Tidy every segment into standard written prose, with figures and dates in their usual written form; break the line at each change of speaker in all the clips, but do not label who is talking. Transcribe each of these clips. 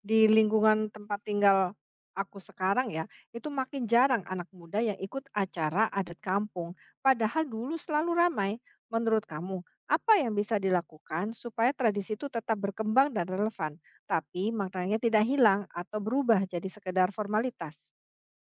Di lingkungan tempat tinggal aku sekarang ya, itu makin jarang anak muda yang ikut acara adat kampung, padahal dulu selalu ramai. Menurut kamu, apa yang bisa dilakukan supaya tradisi itu tetap berkembang dan relevan, tapi maknanya tidak hilang atau berubah jadi sekedar formalitas?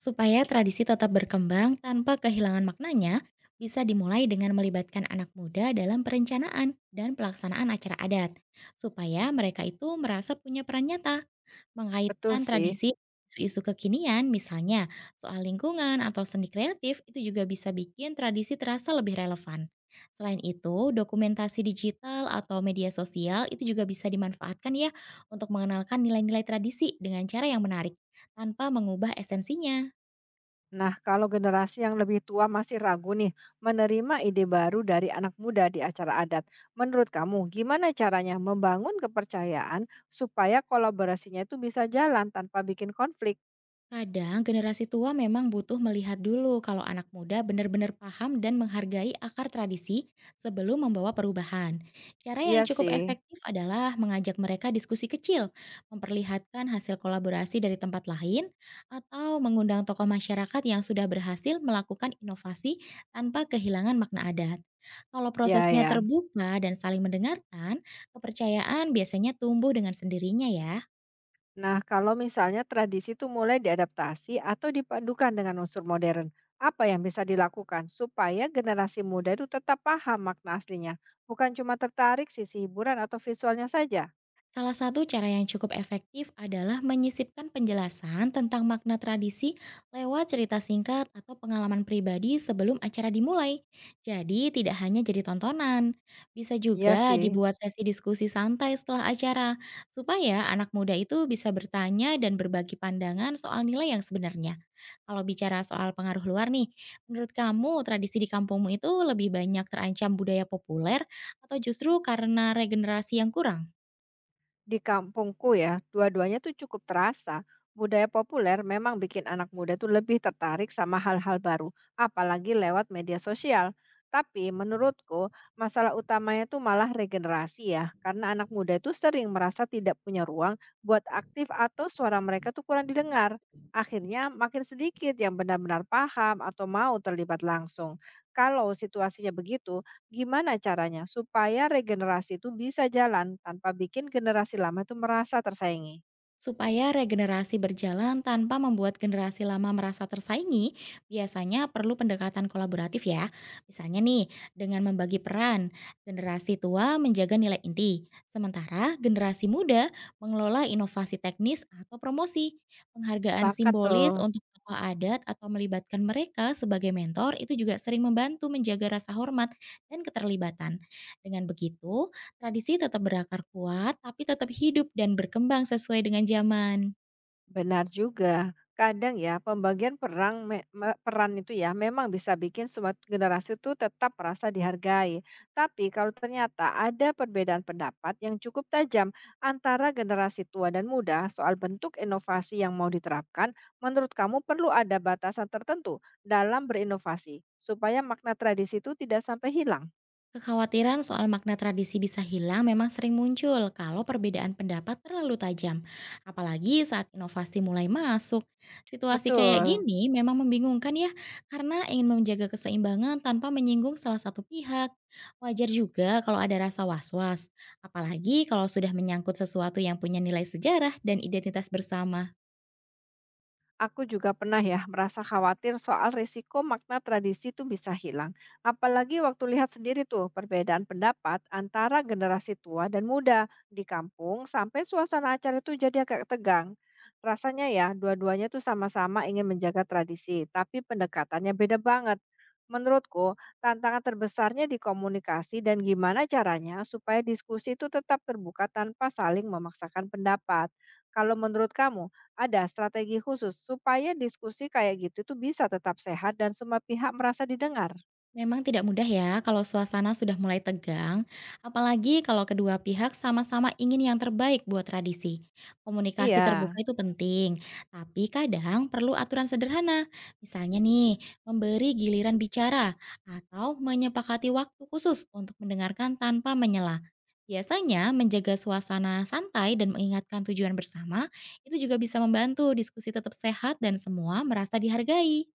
Supaya tradisi tetap berkembang tanpa kehilangan maknanya, bisa dimulai dengan melibatkan anak muda dalam perencanaan dan pelaksanaan acara adat, supaya mereka itu merasa punya peran nyata,
Betul
mengaitkan
sih.
tradisi isu-isu kekinian, misalnya soal lingkungan atau seni kreatif, itu juga bisa bikin tradisi terasa lebih relevan. Selain itu, dokumentasi digital atau media sosial itu juga bisa dimanfaatkan ya untuk mengenalkan nilai-nilai tradisi dengan cara yang menarik, tanpa mengubah esensinya.
Nah, kalau generasi yang lebih tua masih ragu nih menerima ide baru dari anak muda di acara adat, menurut kamu gimana caranya membangun kepercayaan supaya kolaborasinya itu bisa jalan tanpa bikin konflik?
Kadang generasi tua memang butuh melihat dulu kalau anak muda benar-benar paham dan menghargai akar tradisi sebelum membawa perubahan. Cara yang
Iya
cukup
sih,
efektif adalah mengajak mereka diskusi kecil, memperlihatkan hasil kolaborasi dari tempat lain, atau mengundang tokoh masyarakat yang sudah berhasil melakukan inovasi tanpa kehilangan makna adat. Kalau
ya
prosesnya
ya.
terbuka dan saling mendengarkan, kepercayaan biasanya tumbuh dengan sendirinya ya.
Nah, kalau misalnya tradisi itu mulai diadaptasi atau dipadukan dengan unsur modern, apa yang bisa dilakukan supaya generasi muda itu tetap paham makna aslinya, bukan cuma tertarik sisi hiburan atau visualnya saja?
Salah satu cara yang cukup efektif adalah menyisipkan penjelasan tentang makna tradisi lewat cerita singkat atau pengalaman pribadi sebelum acara dimulai. Jadi, tidak hanya jadi tontonan, bisa
Iya
juga
sih.
dibuat sesi diskusi santai setelah acara, supaya anak muda itu bisa bertanya dan berbagi pandangan soal nilai yang sebenarnya. Kalau bicara soal pengaruh luar nih, menurut kamu tradisi di kampungmu itu lebih banyak terancam budaya populer atau justru karena regenerasi yang kurang?
Di kampungku ya, dua-duanya tuh cukup terasa. Budaya populer memang bikin anak muda tuh lebih tertarik sama hal-hal baru, apalagi lewat media sosial. Tapi menurutku, masalah utamanya tuh malah regenerasi ya, karena anak muda itu sering merasa tidak punya ruang buat aktif atau suara mereka tuh kurang didengar. Akhirnya makin sedikit yang benar-benar paham atau mau terlibat langsung. Kalau situasinya begitu, gimana caranya supaya regenerasi itu bisa jalan tanpa bikin generasi lama itu merasa tersaingi?
Supaya regenerasi berjalan tanpa membuat generasi lama merasa tersaingi, biasanya perlu pendekatan kolaboratif ya. Misalnya nih, dengan membagi peran, generasi tua menjaga nilai inti, sementara generasi muda mengelola inovasi teknis atau promosi. Penghargaan
Sepakat tuh.
simbolis untuk tokoh adat atau melibatkan mereka sebagai mentor itu juga sering membantu menjaga rasa hormat dan keterlibatan. Dengan begitu, tradisi tetap berakar kuat, tapi tetap hidup dan berkembang sesuai dengan zaman.
Benar juga. Kadang ya pembagian peran itu ya memang bisa bikin semua generasi itu tetap merasa dihargai. Tapi kalau ternyata ada perbedaan pendapat yang cukup tajam antara generasi tua dan muda soal bentuk inovasi yang mau diterapkan, menurut kamu perlu ada batasan tertentu dalam berinovasi supaya makna tradisi itu tidak sampai hilang?
Kekhawatiran soal makna tradisi bisa hilang memang sering muncul kalau perbedaan pendapat terlalu tajam, apalagi saat inovasi mulai masuk. Situasi kayak
Betul.
gini memang membingungkan ya, karena ingin menjaga keseimbangan tanpa menyinggung salah satu pihak. Wajar juga kalau ada rasa was-was, apalagi kalau sudah menyangkut sesuatu yang punya nilai sejarah dan identitas bersama.
Aku juga pernah ya merasa khawatir soal risiko makna tradisi itu bisa hilang. Apalagi waktu lihat sendiri tuh perbedaan pendapat antara generasi tua dan muda di kampung sampai suasana acara itu jadi agak tegang. Rasanya ya dua-duanya tuh sama-sama ingin menjaga tradisi, tapi pendekatannya beda banget. Menurutku, tantangan terbesarnya di komunikasi dan gimana caranya supaya diskusi itu tetap terbuka tanpa saling memaksakan pendapat. Kalau menurut kamu, ada strategi khusus supaya diskusi kayak gitu itu bisa tetap sehat dan semua pihak merasa didengar?
Memang tidak mudah ya kalau suasana sudah mulai tegang, apalagi kalau kedua pihak sama-sama ingin yang terbaik buat tradisi. Komunikasi
Iya.
terbuka itu penting, tapi kadang perlu aturan sederhana. Misalnya nih, memberi giliran bicara atau menyepakati waktu khusus untuk mendengarkan tanpa menyela. Biasanya menjaga suasana santai dan mengingatkan tujuan bersama itu juga bisa membantu diskusi tetap sehat dan semua merasa dihargai.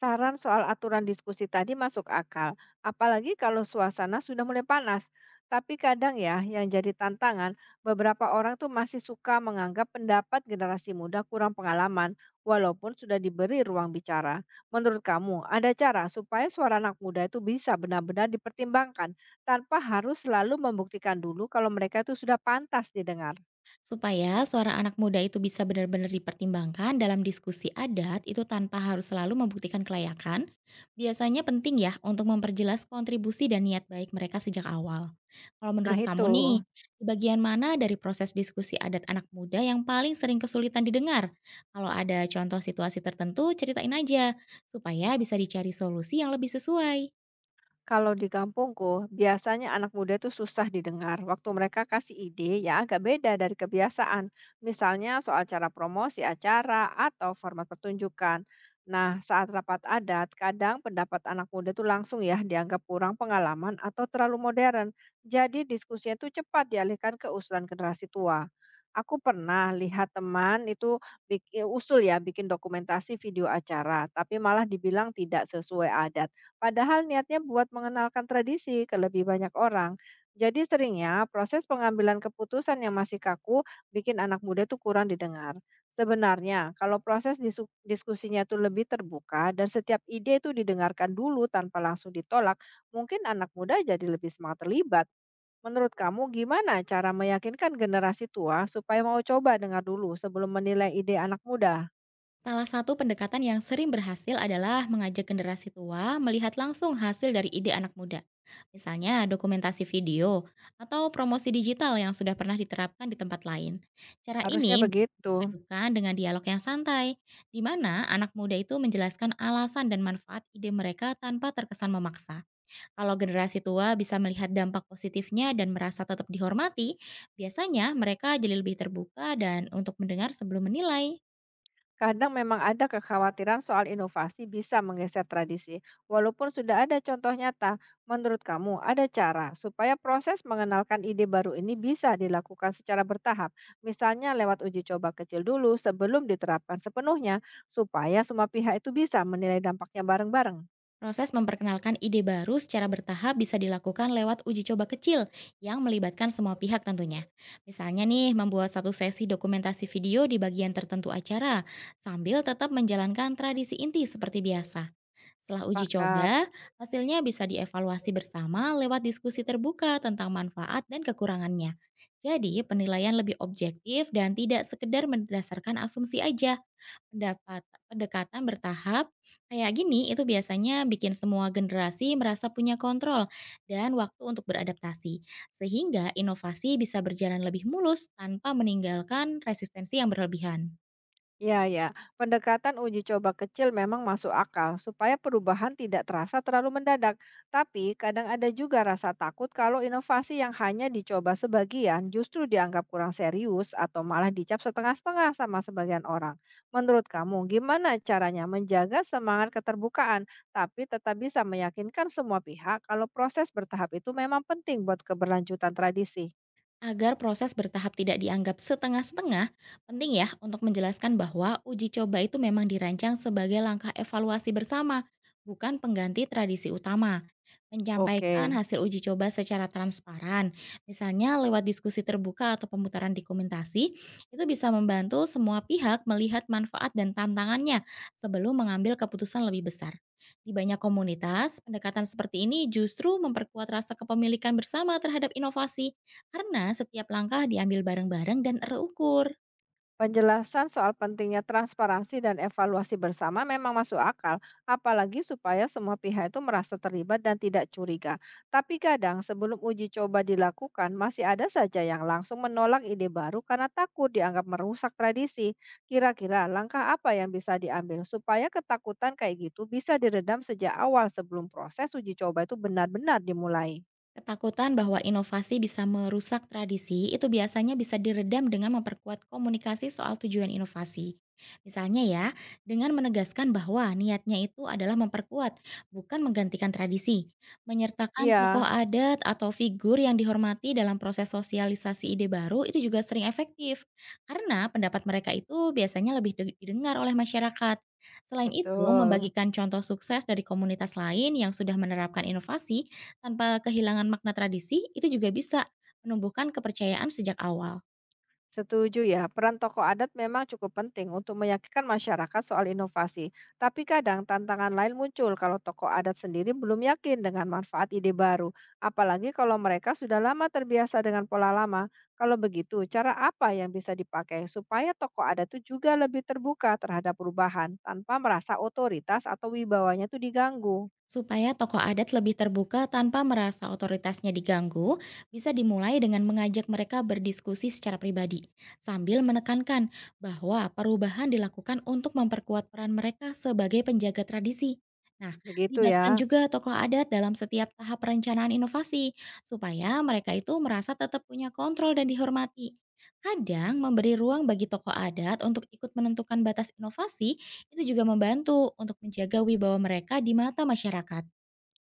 Saran soal aturan diskusi tadi masuk akal, apalagi kalau suasana sudah mulai panas. Tapi kadang ya, yang jadi tantangan, beberapa orang tuh masih suka menganggap pendapat generasi muda kurang pengalaman, walaupun sudah diberi ruang bicara. Menurut kamu, ada cara supaya suara anak muda itu bisa benar-benar dipertimbangkan, tanpa harus selalu membuktikan dulu kalau mereka itu sudah pantas didengar.
Supaya suara anak muda itu bisa benar-benar dipertimbangkan dalam diskusi adat itu tanpa harus selalu membuktikan kelayakan, biasanya penting ya untuk memperjelas kontribusi dan niat baik mereka sejak awal. Kalau
Nah
menurut
itu.
kamu nih, di bagian mana dari proses diskusi adat anak muda yang paling sering kesulitan didengar? Kalau ada contoh situasi tertentu, ceritain aja supaya bisa dicari solusi yang lebih sesuai.
Kalau di kampungku, biasanya anak muda itu susah didengar waktu mereka kasih ide yang agak beda dari kebiasaan, misalnya soal cara promosi acara atau format pertunjukan. Nah, saat rapat adat, kadang pendapat anak muda itu langsung ya dianggap kurang pengalaman atau terlalu modern. Jadi diskusinya itu cepat dialihkan ke usulan generasi tua. Aku pernah lihat teman itu usul ya bikin dokumentasi video acara, tapi malah dibilang tidak sesuai adat. Padahal niatnya buat mengenalkan tradisi ke lebih banyak orang. Jadi seringnya proses pengambilan keputusan yang masih kaku bikin anak muda tuh kurang didengar. Sebenarnya kalau proses diskusinya tuh lebih terbuka dan setiap ide itu didengarkan dulu tanpa langsung ditolak, mungkin anak muda jadi lebih semangat terlibat. Menurut kamu gimana cara meyakinkan generasi tua supaya mau coba dengar dulu sebelum menilai ide anak muda?
Salah satu pendekatan yang sering berhasil adalah mengajak generasi tua melihat langsung hasil dari ide anak muda. Misalnya dokumentasi video atau promosi digital yang sudah pernah diterapkan di tempat lain. Cara
Harusnya
ini
begitu.
dipadukan dengan dialog yang santai, di mana anak muda itu menjelaskan alasan dan manfaat ide mereka tanpa terkesan memaksa. Kalau generasi tua bisa melihat dampak positifnya dan merasa tetap dihormati, biasanya mereka jadi lebih terbuka dan untuk mendengar sebelum menilai.
Kadang memang ada kekhawatiran soal inovasi bisa menggeser tradisi, walaupun sudah ada contoh nyata. Menurut kamu, ada cara supaya proses mengenalkan ide baru ini bisa dilakukan secara bertahap, misalnya lewat uji coba kecil dulu sebelum diterapkan sepenuhnya, supaya semua pihak itu bisa menilai dampaknya bareng-bareng.
Proses memperkenalkan ide baru secara bertahap bisa dilakukan lewat uji coba kecil yang melibatkan semua pihak tentunya. Misalnya nih, membuat satu sesi dokumentasi video di bagian tertentu acara, sambil tetap menjalankan tradisi inti seperti biasa. Setelah uji
Pakat.
coba, hasilnya bisa dievaluasi bersama lewat diskusi terbuka tentang manfaat dan kekurangannya. Jadi, penilaian lebih objektif dan tidak sekedar berdasarkan asumsi aja. Pendapat pendekatan bertahap kayak gini itu biasanya bikin semua generasi merasa punya kontrol dan waktu untuk beradaptasi, sehingga inovasi bisa berjalan lebih mulus tanpa meninggalkan resistensi yang berlebihan.
Ya, ya. Pendekatan uji coba kecil memang masuk akal supaya perubahan tidak terasa terlalu mendadak. Tapi kadang ada juga rasa takut kalau inovasi yang hanya dicoba sebagian justru dianggap kurang serius atau malah dicap setengah-setengah sama sebagian orang. Menurut kamu, gimana caranya menjaga semangat keterbukaan tapi tetap bisa meyakinkan semua pihak kalau proses bertahap itu memang penting buat keberlanjutan tradisi?
Agar proses bertahap tidak dianggap setengah-setengah, penting ya untuk menjelaskan bahwa uji coba itu memang dirancang sebagai langkah evaluasi bersama, bukan pengganti tradisi utama. Menyampaikan
Oke.
hasil uji coba secara transparan, misalnya lewat diskusi terbuka atau pemutaran dokumentasi, itu bisa membantu semua pihak melihat manfaat dan tantangannya sebelum mengambil keputusan lebih besar. Di banyak komunitas, pendekatan seperti ini justru memperkuat rasa kepemilikan bersama terhadap inovasi karena setiap langkah diambil bareng-bareng dan terukur.
Penjelasan soal pentingnya transparansi dan evaluasi bersama memang masuk akal, apalagi supaya semua pihak itu merasa terlibat dan tidak curiga. Tapi kadang sebelum uji coba dilakukan, masih ada saja yang langsung menolak ide baru karena takut dianggap merusak tradisi. Kira-kira langkah apa yang bisa diambil supaya ketakutan kayak gitu bisa diredam sejak awal sebelum proses uji coba itu benar-benar dimulai?
Ketakutan bahwa inovasi bisa merusak tradisi itu biasanya bisa diredam dengan memperkuat komunikasi soal tujuan inovasi. Misalnya ya, dengan menegaskan bahwa niatnya itu adalah memperkuat, bukan menggantikan tradisi. Menyertakan
Iya,
tokoh adat atau figur yang dihormati dalam proses sosialisasi ide baru itu juga sering efektif. Karena pendapat mereka itu biasanya lebih didengar oleh masyarakat. Selain itu,
betul.
membagikan contoh sukses dari komunitas lain yang sudah menerapkan inovasi tanpa kehilangan makna tradisi, itu juga bisa menumbuhkan kepercayaan sejak awal.
Setuju ya, peran tokoh adat memang cukup penting untuk meyakinkan masyarakat soal inovasi. Tapi kadang tantangan lain muncul kalau tokoh adat sendiri belum yakin dengan manfaat ide baru. Apalagi kalau mereka sudah lama terbiasa dengan pola lama. Kalau begitu, cara apa yang bisa dipakai supaya tokoh adat itu juga lebih terbuka terhadap perubahan tanpa merasa otoritas atau wibawanya itu diganggu?
Supaya tokoh adat lebih terbuka tanpa merasa otoritasnya diganggu, bisa dimulai dengan mengajak mereka berdiskusi secara pribadi, sambil menekankan bahwa perubahan dilakukan untuk memperkuat peran mereka sebagai penjaga tradisi. Nah,
Begitu
libatkan
ya.
juga tokoh adat dalam setiap tahap perencanaan inovasi, supaya mereka itu merasa tetap punya kontrol dan dihormati. Kadang memberi ruang bagi tokoh adat untuk ikut menentukan batas inovasi itu juga membantu untuk menjaga wibawa mereka di mata masyarakat.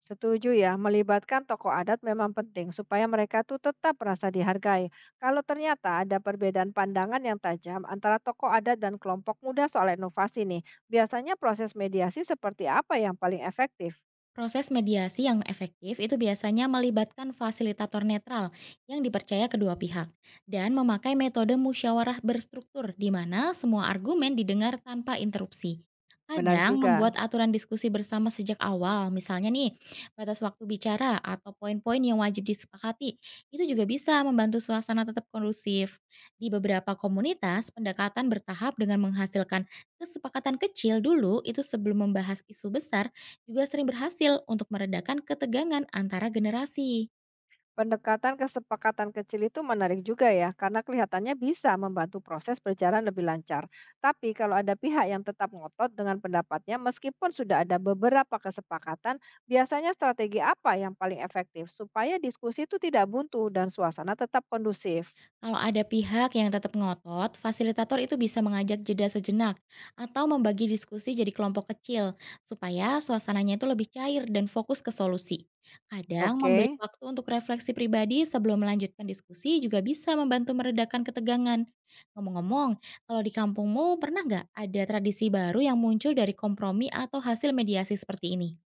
Setuju ya, melibatkan tokoh adat memang penting supaya mereka tuh tetap merasa dihargai. Kalau ternyata ada perbedaan pandangan yang tajam antara tokoh adat dan kelompok muda soal inovasi nih, biasanya proses mediasi seperti apa yang paling efektif?
Proses mediasi yang efektif itu biasanya melibatkan fasilitator netral yang dipercaya kedua pihak dan memakai metode musyawarah berstruktur di mana semua argumen didengar tanpa interupsi.
Benar
Kadang
juga.
membuat aturan diskusi bersama sejak awal, misalnya nih batas waktu bicara atau poin-poin yang wajib disepakati, itu juga bisa membantu suasana tetap kondusif. Di beberapa komunitas, pendekatan bertahap dengan menghasilkan kesepakatan kecil dulu itu sebelum membahas isu besar juga sering berhasil untuk meredakan ketegangan antara generasi.
Pendekatan kesepakatan kecil itu menarik juga ya, karena kelihatannya bisa membantu proses berjalan lebih lancar. Tapi kalau ada pihak yang tetap ngotot dengan pendapatnya, meskipun sudah ada beberapa kesepakatan, biasanya strategi apa yang paling efektif supaya diskusi itu tidak buntu dan suasana tetap kondusif?
Kalau ada pihak yang tetap ngotot, fasilitator itu bisa mengajak jeda sejenak atau membagi diskusi jadi kelompok kecil supaya suasananya itu lebih cair dan fokus ke solusi. Kadang memberi
Oke.
waktu untuk refleksi pribadi sebelum melanjutkan diskusi juga bisa membantu meredakan ketegangan. Ngomong-ngomong, kalau di kampungmu pernah nggak ada tradisi baru yang muncul dari kompromi atau hasil mediasi seperti ini?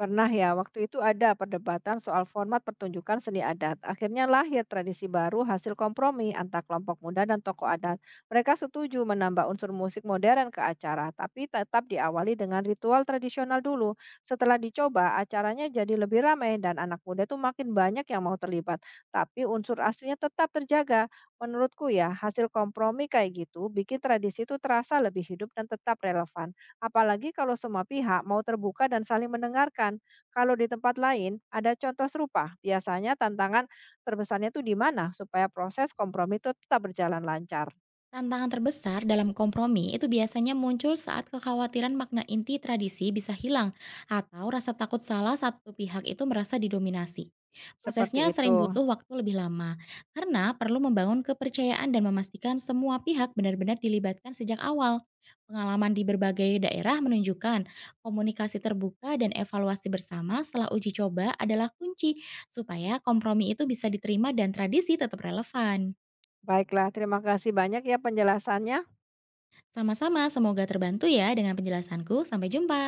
Pernah ya, waktu itu ada perdebatan soal format pertunjukan seni adat. Akhirnya lahir tradisi baru hasil kompromi antar kelompok muda dan tokoh adat. Mereka setuju menambah unsur musik modern ke acara, tapi tetap diawali dengan ritual tradisional dulu. Setelah dicoba, acaranya jadi lebih ramai dan anak muda tuh makin banyak yang mau terlibat. Tapi unsur aslinya tetap terjaga. Menurutku ya, hasil kompromi kayak gitu bikin tradisi itu terasa lebih hidup dan tetap relevan. Apalagi kalau semua pihak mau terbuka dan saling mendengarkan. Kalau di tempat lain ada contoh serupa, biasanya tantangan terbesarnya itu di mana supaya proses kompromi itu tetap berjalan lancar.
Tantangan terbesar dalam kompromi itu biasanya muncul saat kekhawatiran makna inti tradisi bisa hilang atau rasa takut salah satu pihak itu merasa didominasi.
Seperti
Prosesnya
itu.
sering butuh waktu lebih lama karena perlu membangun kepercayaan dan memastikan semua pihak benar-benar dilibatkan sejak awal. Pengalaman di berbagai daerah menunjukkan komunikasi terbuka dan evaluasi bersama setelah uji coba adalah kunci supaya kompromi itu bisa diterima dan tradisi tetap relevan.
Baiklah, terima kasih banyak ya penjelasannya.
Sama-sama, semoga terbantu ya dengan penjelasanku. Sampai jumpa.